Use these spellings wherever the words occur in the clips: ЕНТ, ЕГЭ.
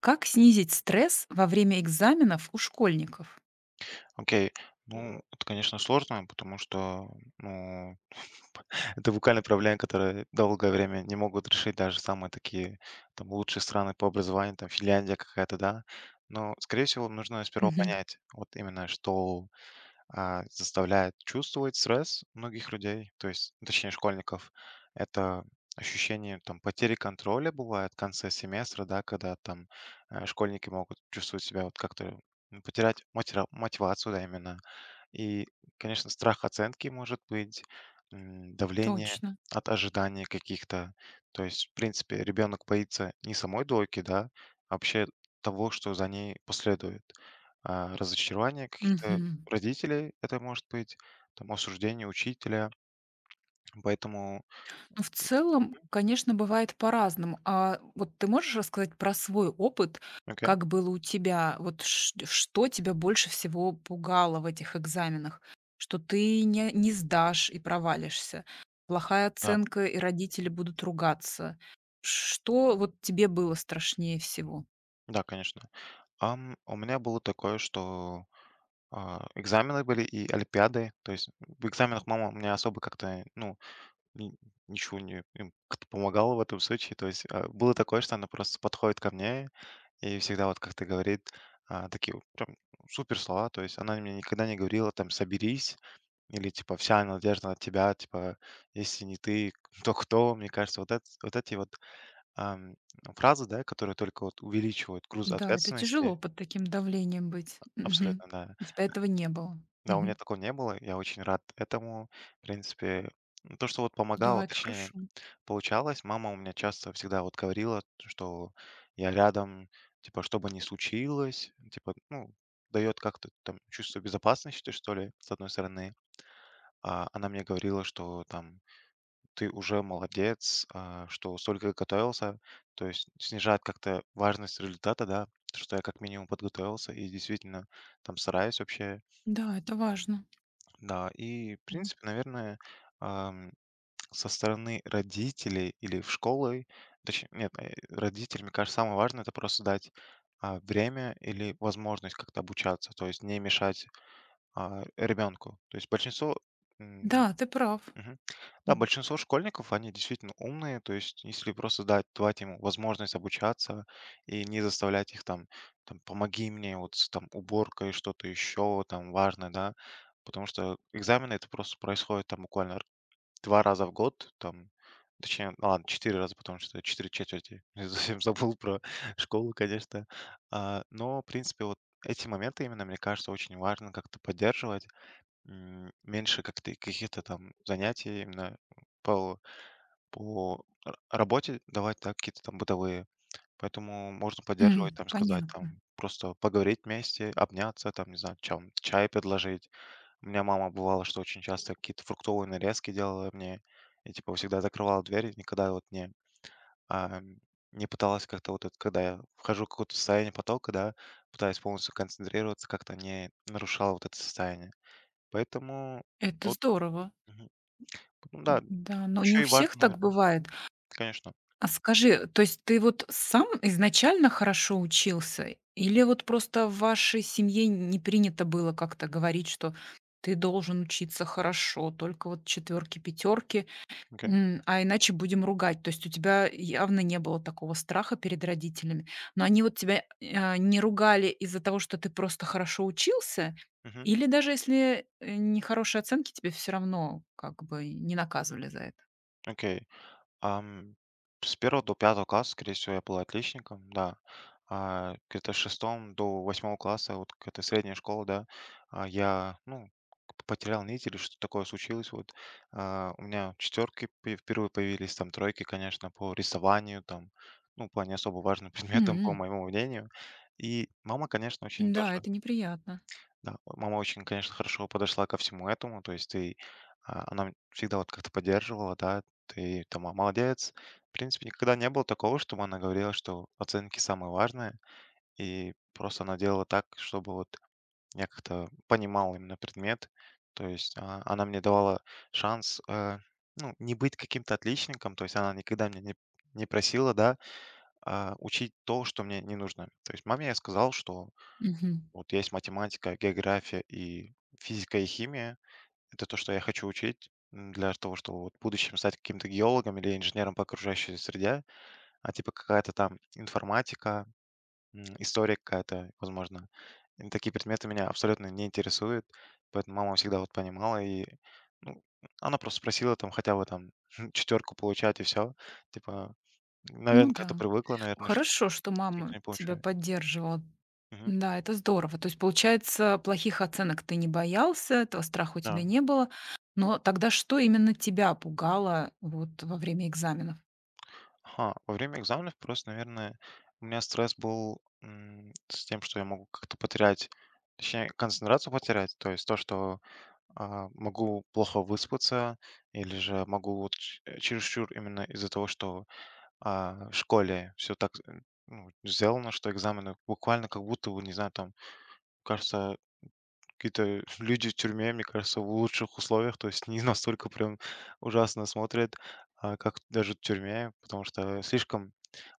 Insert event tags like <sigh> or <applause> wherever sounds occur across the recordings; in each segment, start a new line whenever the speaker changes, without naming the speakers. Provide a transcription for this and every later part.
Как снизить стресс во время экзаменов у школьников?
Окей. Ну, это, конечно, сложно, потому что, ну, <laughs> это буквально проблемы, которые долгое время не могут решить даже самые такие там лучшие страны по образованию, там Финляндия какая-то, да. Но, скорее всего, нужно сперва
Мгм.
понять, вот именно что заставляет чувствовать стресс многих людей, то есть, ну, точнее, школьников. Это ощущение там потери контроля бывает в конце семестра, да, когда там школьники могут чувствовать себя вот как-то, ну, потерять мотивацию, да, именно. И, конечно, страх оценки может быть, давление
Точно.
от ожиданий каких-то. То есть, в принципе, ребенок боится не самой двойки, да, а вообще того, что за ней последует. Разочарование каких-то
Мгм.
родителей это может быть, там, осуждение учителя. Поэтому,
Ну, в целом, конечно, бывает по-разному. А вот ты можешь рассказать про свой опыт?
окей,
Как было у тебя? Вот что тебя больше всего пугало в этих экзаменах? Что ты не сдашь и провалишься? Плохая
да,
оценка, и родители будут ругаться. Что вот тебе было страшнее всего?
да, конечно. У меня было такое, что экзамены были и олимпиады. То есть в экзаменах мама меня особо как-то, ну, Ни ничего не им как-то помогало в этом случае. То есть, было такое, что она просто подходит ко мне и всегда вот как-то говорит, такие вот прям супер слова. То есть она мне никогда не говорила там "соберись" или типа "вся надежда на тебя", типа "если не ты, <laughs> то кто?" Мне кажется, вот эт вот эти вот, ам, фразы, да, которые только вот увеличивают груз
Да, это
ответственности.
тяжело под таким давлением быть. Мгм.
Абсолютно, да.
У тебя этого не было.
Да, у меня
Мгм.
такого не было. Я очень рад этому. В принципе, ну, то, что вот помогало,
Да, это
точнее,
хорошо.
получалось, мама у меня часто всегда вот говорила, что я рядом, типа, что бы ни случилось, типа, ну, дает как-то там чувство безопасности, что ли, с одной стороны. А она мне говорила, что там ты уже молодец, что столько готовился, то есть снижает как-то важность результата, да, то, что я как минимум подготовился и действительно там стараюсь вообще,
Да, это важно.
да. И, в
Мгм.
принципе, наверное, со стороны родителей или в школы, точнее, нет, родителям, мне кажется, самое важное это просто дать время или возможность как-то обучаться, то есть не мешать ребенку. То есть большинство, м,
Да, ты прав.
мгм. Да,
Мгм.
большинство школьников, они действительно умные, то есть если просто дать, давать им возможность обучаться и не заставлять их там, там помоги мне вот с там уборкой, что-то еще там важное, да, потому что экзамены это просто происходит там буквально 2 раза в год, там, точнее, ну ладно, 4 раза, потому что 4 четверти. <laughs> Я совсем забыл про школу, конечно. Но, в принципе, вот эти моменты именно, мне кажется, очень важно как-то поддерживать. Меньше как-то каких-то там занятий именно по, по работе давать, да, какие-то там бытовые. Поэтому можно поддерживать,
М,
там, сказать,
понятно.
там, просто поговорить вместе, обняться, там, не знаю, чем, чай предложить, у меня мама бывало, что очень часто какие-то фруктовые нарезки делала мне. И типа всегда закрывала дверь, никогда вот а, не пыталась как-то вот это, когда я вхожу в какое-то состояние потока, да, пытаюсь полностью концентрироваться, как-то не нарушала вот это состояние. Поэтому
Это
вот,
здорово.
мгм. Ну да,
Да, но не
еще
у
и важно,
всех так
наверное.
бывает.
Конечно.
А скажи, то есть ты вот сам изначально хорошо учился? Или вот просто в вашей семье не принято было как-то говорить, что ты должен учиться хорошо, только вот четверки, пятерки,
Окей.
А иначе будем ругать. То есть у тебя явно не было такого страха перед родителями. Но они вот тебя, не ругали из-за того, что ты просто хорошо учился?
Мгм.
Или даже если, нехорошие оценки, тебе все равно как бы не наказывали за это?
Окей. Ам, с первого до пятого класса, скорее всего, я был отличником, да. Где-то с 6 до восьмого класса, вот какая-то средняя школа, да, я, ну, потерял нить или что такое случилось. Вот. У меня четверки впервые появились, там тройки, конечно, по рисованию, там, ну, по не особо важным <laughs> предметам, по
М,
моему мнению. И мама, конечно, очень тоже,
да, это неприятно.
да, мама очень, конечно, хорошо подошла ко всему этому, то есть она всегда вот как-то поддерживала, да, ты там молодец. В принципе, никогда не было такого, чтобы она говорила, что оценки самое важное, и просто она делала так, чтобы вот я как-то понимал именно предмет, то есть она мне давала шанс, ну, не быть каким-то отличником, то есть она никогда меня не просила, да, учить то, что мне не нужно. То есть маме я сказал, что
Мгм.
вот есть математика, география и физика и химия. Это то, что я хочу учить, для того, чтобы вот в будущем стать каким-то геологом или инженером по окружающей среде, а типа какая-то там информатика, история какая-то, возможно. И такие предметы меня абсолютно не интересуют, поэтому мама всегда вот понимала, и, ну, она просто спросила там хотя бы там <laughs> четверку получать, и все. Типа,
Ну
наверное, как-то
да.
привыкла, наверное, что
Хорошо, что
только
мама
не
тебя
получаю.
поддерживала.
Мгм.
Да, это здорово. То есть, получается, плохих оценок ты не боялся, этого страха у тебя
Да.
не было. Но тогда что именно тебя пугало вот во время экзаменов?
Ага, во время экзаменов просто, наверное, у меня стресс был, с тем, что я могу как-то потерять, точнее, концентрацию потерять, то есть то, что могу плохо выспаться, или же могу вот чересчур именно из-за того, что в школе все так, ну, сделано, что экзамены буквально как будто бы, не знаю, там, кажется, какие-то <laughs> люди в тюрьме, мне кажется, в лучших условиях, то есть <laughs> не настолько прям ужасно смотрят, как даже в тюрьме, потому что слишком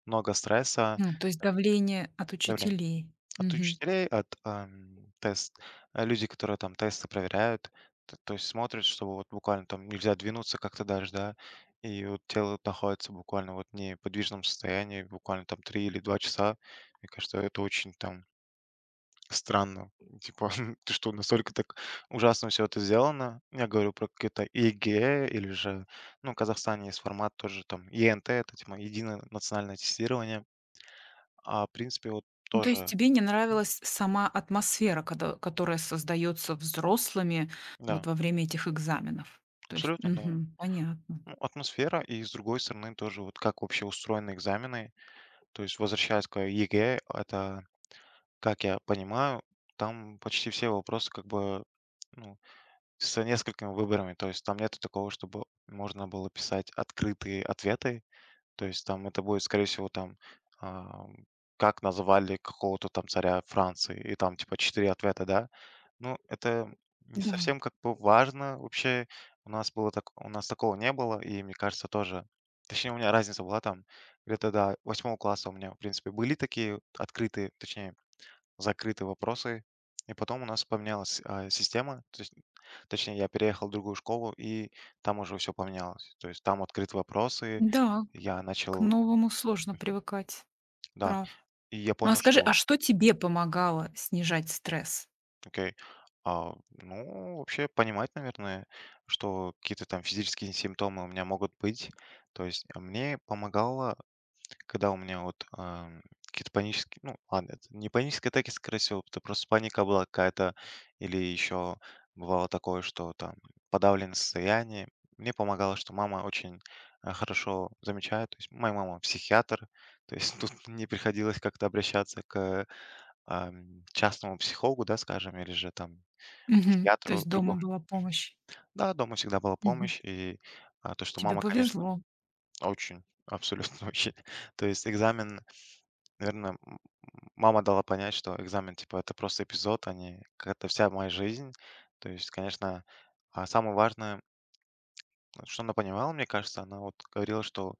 много стресса,
М, то есть давление от
давления
учителей.
от
Мгм.
учителей, от, люди, которые там тесты проверяют, т то есть смотрят, что вот буквально там нельзя двинуться как-то даже, да, и вот тело находится буквально вот в неподвижном состоянии, буквально там 3 или 2 часа. Мне кажется, это очень там странно. Типа, <laughs> ты что, настолько так ужасно все это сделано? Я говорю про какие-то ЕГЭ или же, ну, в Казахстане есть формат тоже там ЕНТ, это типа единое национальное тестирование. В принципе, вот
Ну, то есть
тоже.
тебе не нравилась сама атмосфера, когда, которая создается взрослыми
Да,
вот во время этих экзаменов. То есть,
абсолютно, да.
мгм, понятно.
Ну, атмосфера и, с другой стороны, тоже вот как вообще устроены экзамены. То есть, возвращаясь к ЕГЭ, это, как я понимаю, там почти все вопросы как бы, ну, с несколькими выборами. То есть там нет такого, чтобы можно было писать открытые ответы. То есть там это будет, скорее всего, там, ам, как назвали какого-то там царя Франции, и там типа 4 ответа, да. Ну, это не
Да.
совсем как бы важно вообще. У нас было так, у нас такого не было, и мне кажется тоже. Точнее, у меня разница была там где-то до восьмого класса у меня, в принципе, были такие открытые, точнее закрытые вопросы. И потом у нас поменялась система, то есть, точнее, я переехал в другую школу, и там уже все поменялось. То есть там открыты вопросы,
Да,
я
к
начал,
новому сложно привыкать.
да,
Прав.
и я
Ну а
понял,
скажи,
что,
а
вот,
что тебе помогало снижать стресс?
окей, ну, вообще понимать, наверное, что какие-то там физические симптомы у меня могут быть. То есть мне помогало, когда у меня вот, какие-то панические, ну ладно, это не панические атаки, скорее всего, это просто паника была какая-то, или еще бывало такое, что там подавленное состояние. Мне помогало, что мама очень, хорошо замечает, то есть моя мама психиатр, то есть <laughs> тут не приходилось как-то обращаться к, частному психологу, да, скажем, или же там
Мгм. То
психиатру
есть дома
другому.
была помощь.
Да, дома всегда была
Мгм.
помощь, и, то, что
Тебе
мама, конечно,
повезло.
очень, абсолютно <laughs> очень. То есть экзамен, наверное, мама дала понять, что экзамен, типа, это просто эпизод, а не какая-то вся моя жизнь. То есть, конечно, самое важное, вот что она понимала, мне кажется, она вот говорила, что,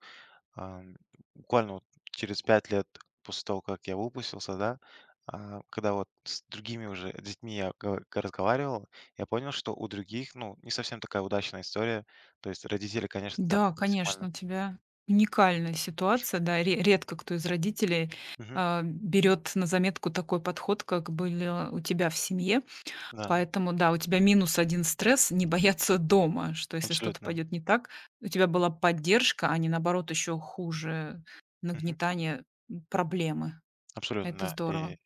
ам, буквально вот через 5 лет после того, как я выпустился, да, когда вот с другими уже детьми я га разговаривал, я понял, что у других, ну, не совсем такая удачная история. То есть родители, конечно, там,
Да,
ну, максимально.
конечно, у тебя уникальная ситуация. Да, редко кто из родителей
Мгм.
берет на заметку такой подход, как был у тебя в семье.
Да,
Поэтому, да, у тебя минус один стресс не бояться дома, что если что-то
абсолютно.
пойдет не так, у тебя была поддержка, а не наоборот еще хуже
Мгм.
нагнетание проблемы.
Абсолютно,
Это
да. И
здорово.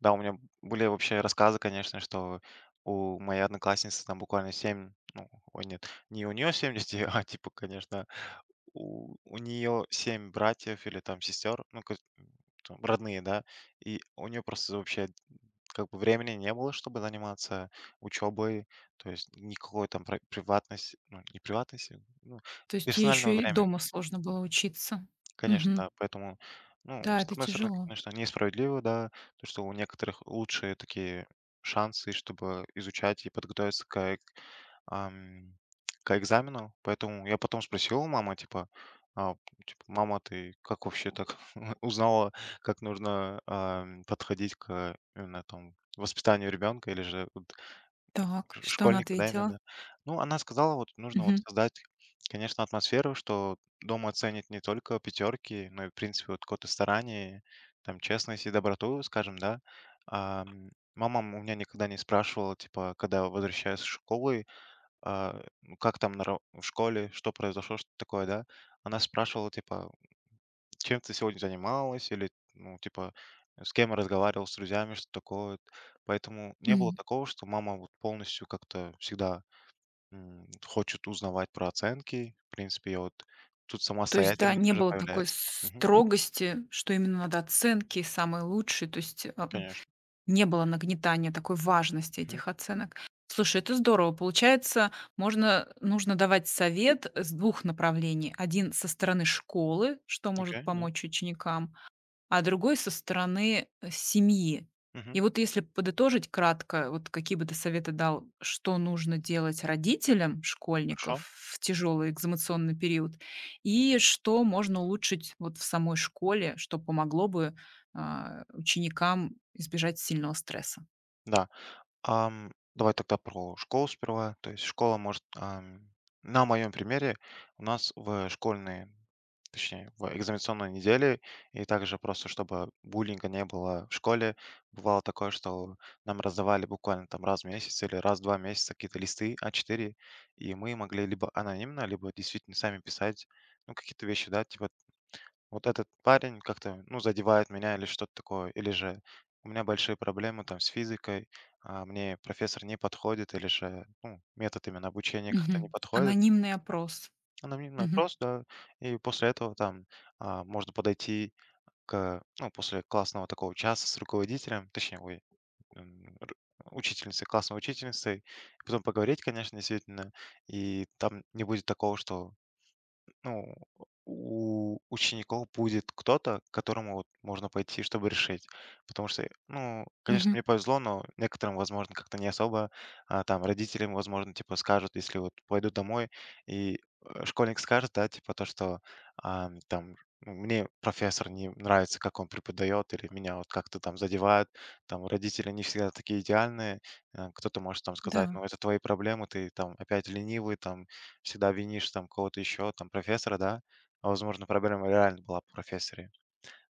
да, у меня были вообще рассказы, конечно, что у моей одноклассницы там буквально 7. Ну, ой, нет, не у нее 7 детей, <laughs> а типа, конечно, у нее 7 братьев или там сестер, ну, как, там, родные, да, и у нее просто вообще как бы времени не было, чтобы заниматься учебой, то есть никакой там приватности, ну, не приватности, ну,
То есть ей
персонального
еще и
времени.
дома сложно было учиться.
Конечно,
Мгм.
да. Поэтому, ну,
Да,
с
это
одной стороны,
тяжело.
конечно, несправедливо, да, то, что у некоторых лучшие такие шансы, чтобы изучать и подготовиться ам, к экзамену. Поэтому я потом спросил у мамы, типа, а, типа, мама, ты как вообще так <laughs> узнала, как нужно, подходить к именно там воспитанию ребенка или же вот
Так,
Ш
что она
школьника, да,
ответила?
именно. Ну, она сказала, вот нужно вот
Мгм.
создать, конечно, атмосферу, что дома оценит не только пятерки, но и, в принципе, вот какое-то старание, там, честность и доброту, скажем, да. Ам, мама у меня никогда не спрашивала, типа, когда возвращаюсь из школы, ну, как там на ра в школе, что произошло, что такое, да. Она спрашивала, типа, чем ты сегодня занималась или, ну, типа, с кем разговаривал, с друзьями, что такое. Поэтому не было
М.
такого, что мама вот полностью как-то всегда хочет узнавать про оценки. В принципе, я вот тут
То есть, да,
самостоятельность
не
уже
было такой
появляется. Мгм.
строгости, что именно надо оценки самые лучшие, то есть,
Конечно.
не было нагнетания такой важности
Мгм.
этих оценок. Слушай, это здорово. Получается, можно нужно давать совет с двух направлений. Один со стороны школы, что
Окей,
может
да.
помочь ученикам, а другой со стороны, семьи. И
Мгм.
вот если подытожить кратко, вот какие бы ты советы дал, что нужно делать родителям
Хорошо.
школьников в тяжелый экзаменационный период, и что можно улучшить вот в самой школе, что помогло бы, ученикам избежать сильного стресса?
Да. Давай тогда про школу сперва. То есть школа может, на моем примере, у нас в школьные, точнее, в экзаменационной неделе, и также просто чтобы буллинга не было в школе, бывало такое, что нам раздавали буквально там раз в месяц или раз в 2 месяца какие-то листы А4, и мы могли либо анонимно, либо действительно сами писать, ну, какие-то вещи, да, типа вот этот парень как-то, ну, задевает меня или что-то такое. Или же у меня большие проблемы там с физикой, мне профессор не подходит, или же, ну, метод именно обучения как-то не
Мгм.
подходит.
Анонимный опрос.
Анонимный
Мгм.
опрос, да, и после этого там можно подойти к, ну, после классного такого часа с руководителем, точнее, ой, м, ру- учительницей, классной учительницей, потом поговорить, конечно, действительно, и там не будет такого, что, ну, у учеников будет кто-то, к которому вот можно пойти, чтобы решить. Потому что, ну, конечно,
Мгм.
мне повезло, но некоторым, возможно, как-то не особо. Там родителям, возможно, типа скажут, если вот пойду домой, и школьник скажет, да, типа то, что, там, ну, мне профессор не нравится, как он преподает, или меня вот как-то там задевает, там родители не всегда такие идеальные, кто-то может там сказать,
Да.
ну, это твои проблемы, ты там опять ленивый, там всегда винишь там кого-то еще, там профессора, да, а возможно проблема реально была в профессоре.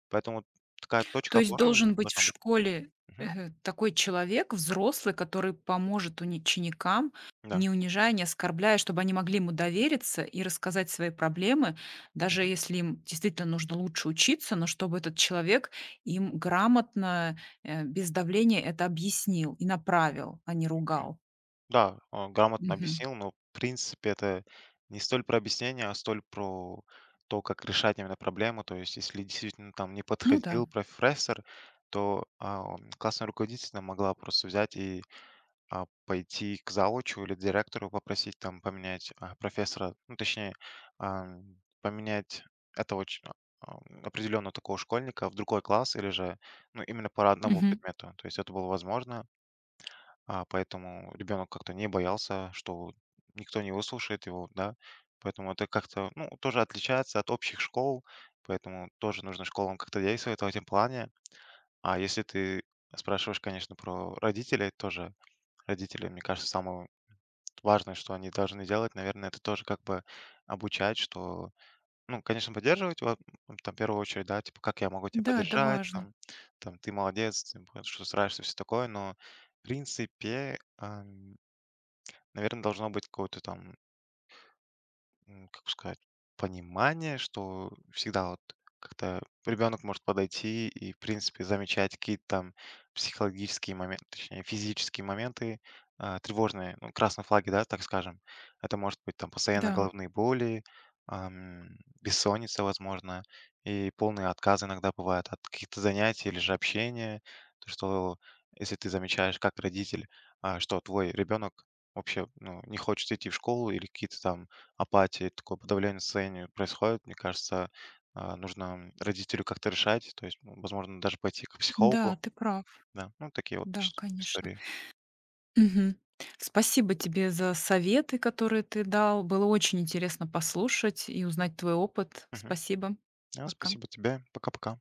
Поэтому такая точка
То есть
опоры
должен быть в
должна быть.
школе,
Мгм.
такой человек, взрослый, который поможет уни ученикам,
Да.
не унижая, не оскорбляя, чтобы они могли ему довериться и рассказать свои проблемы, даже
Мгм.
если им действительно нужно лучше учиться, но чтобы этот человек им грамотно, без давления это объяснил и направил, а не
Окей.
ругал.
Да, он грамотно
Мгм.
объяснил, но в принципе это не столь про объяснение, а столь про то, как решать именно проблему. То есть, если действительно там не
Ну да.
подходил профессор, то классная руководительница могла просто взять и пойти к заучу или директору попросить там поменять профессора, ну, точнее, поменять этого определенного такого школьника в другой класс или же, ну, именно по одному
Мгм.
предмету. То есть это было возможно, поэтому ребенок как-то не боялся, что никто не выслушает его, да. Поэтому это как-то, ну, тоже отличается от общих школ, поэтому тоже нужно школам как-то действовать в этом плане. А если ты спрашиваешь, конечно, про родителей тоже. Родители, мне кажется, самое важное, что они должны делать, наверное, это тоже как бы обучать, что, ну, конечно, поддерживать, там, в первую очередь, да, типа, как я могу тебя
Да, это
поддержать,
важно.
там, там ты молодец, ты вот что стараешься, все такое, но, в принципе, наверное, должно быть какое-то там, как бы сказать, понимание, что всегда вот как-то ребенок может подойти и, в принципе, замечать какие-то там психологические моменты, точнее, физические моменты, тревожные, ну, красные флаги, да, так скажем. Это может быть там постоянно
Да,
головные боли, ам, бессонница, возможно, и полный отказ иногда бывает от каких-то занятий или же общения. То, что если ты замечаешь как родитель, что твой ребенок вообще, ну, не хочет идти в школу или какие-то там апатии, такое подавление состояния происходит, мне кажется, нужно родителю как-то решать. То есть, ну, возможно, даже пойти к психологу.
да, ты прав.
Да, ну, такие вот
Да, конечно.
истории.
Мгм. Спасибо тебе за советы, которые ты дал. Было очень интересно послушать и узнать твой опыт.
Мгм.
Спасибо.
Да,
Пока.
спасибо тебе. Пока-пока.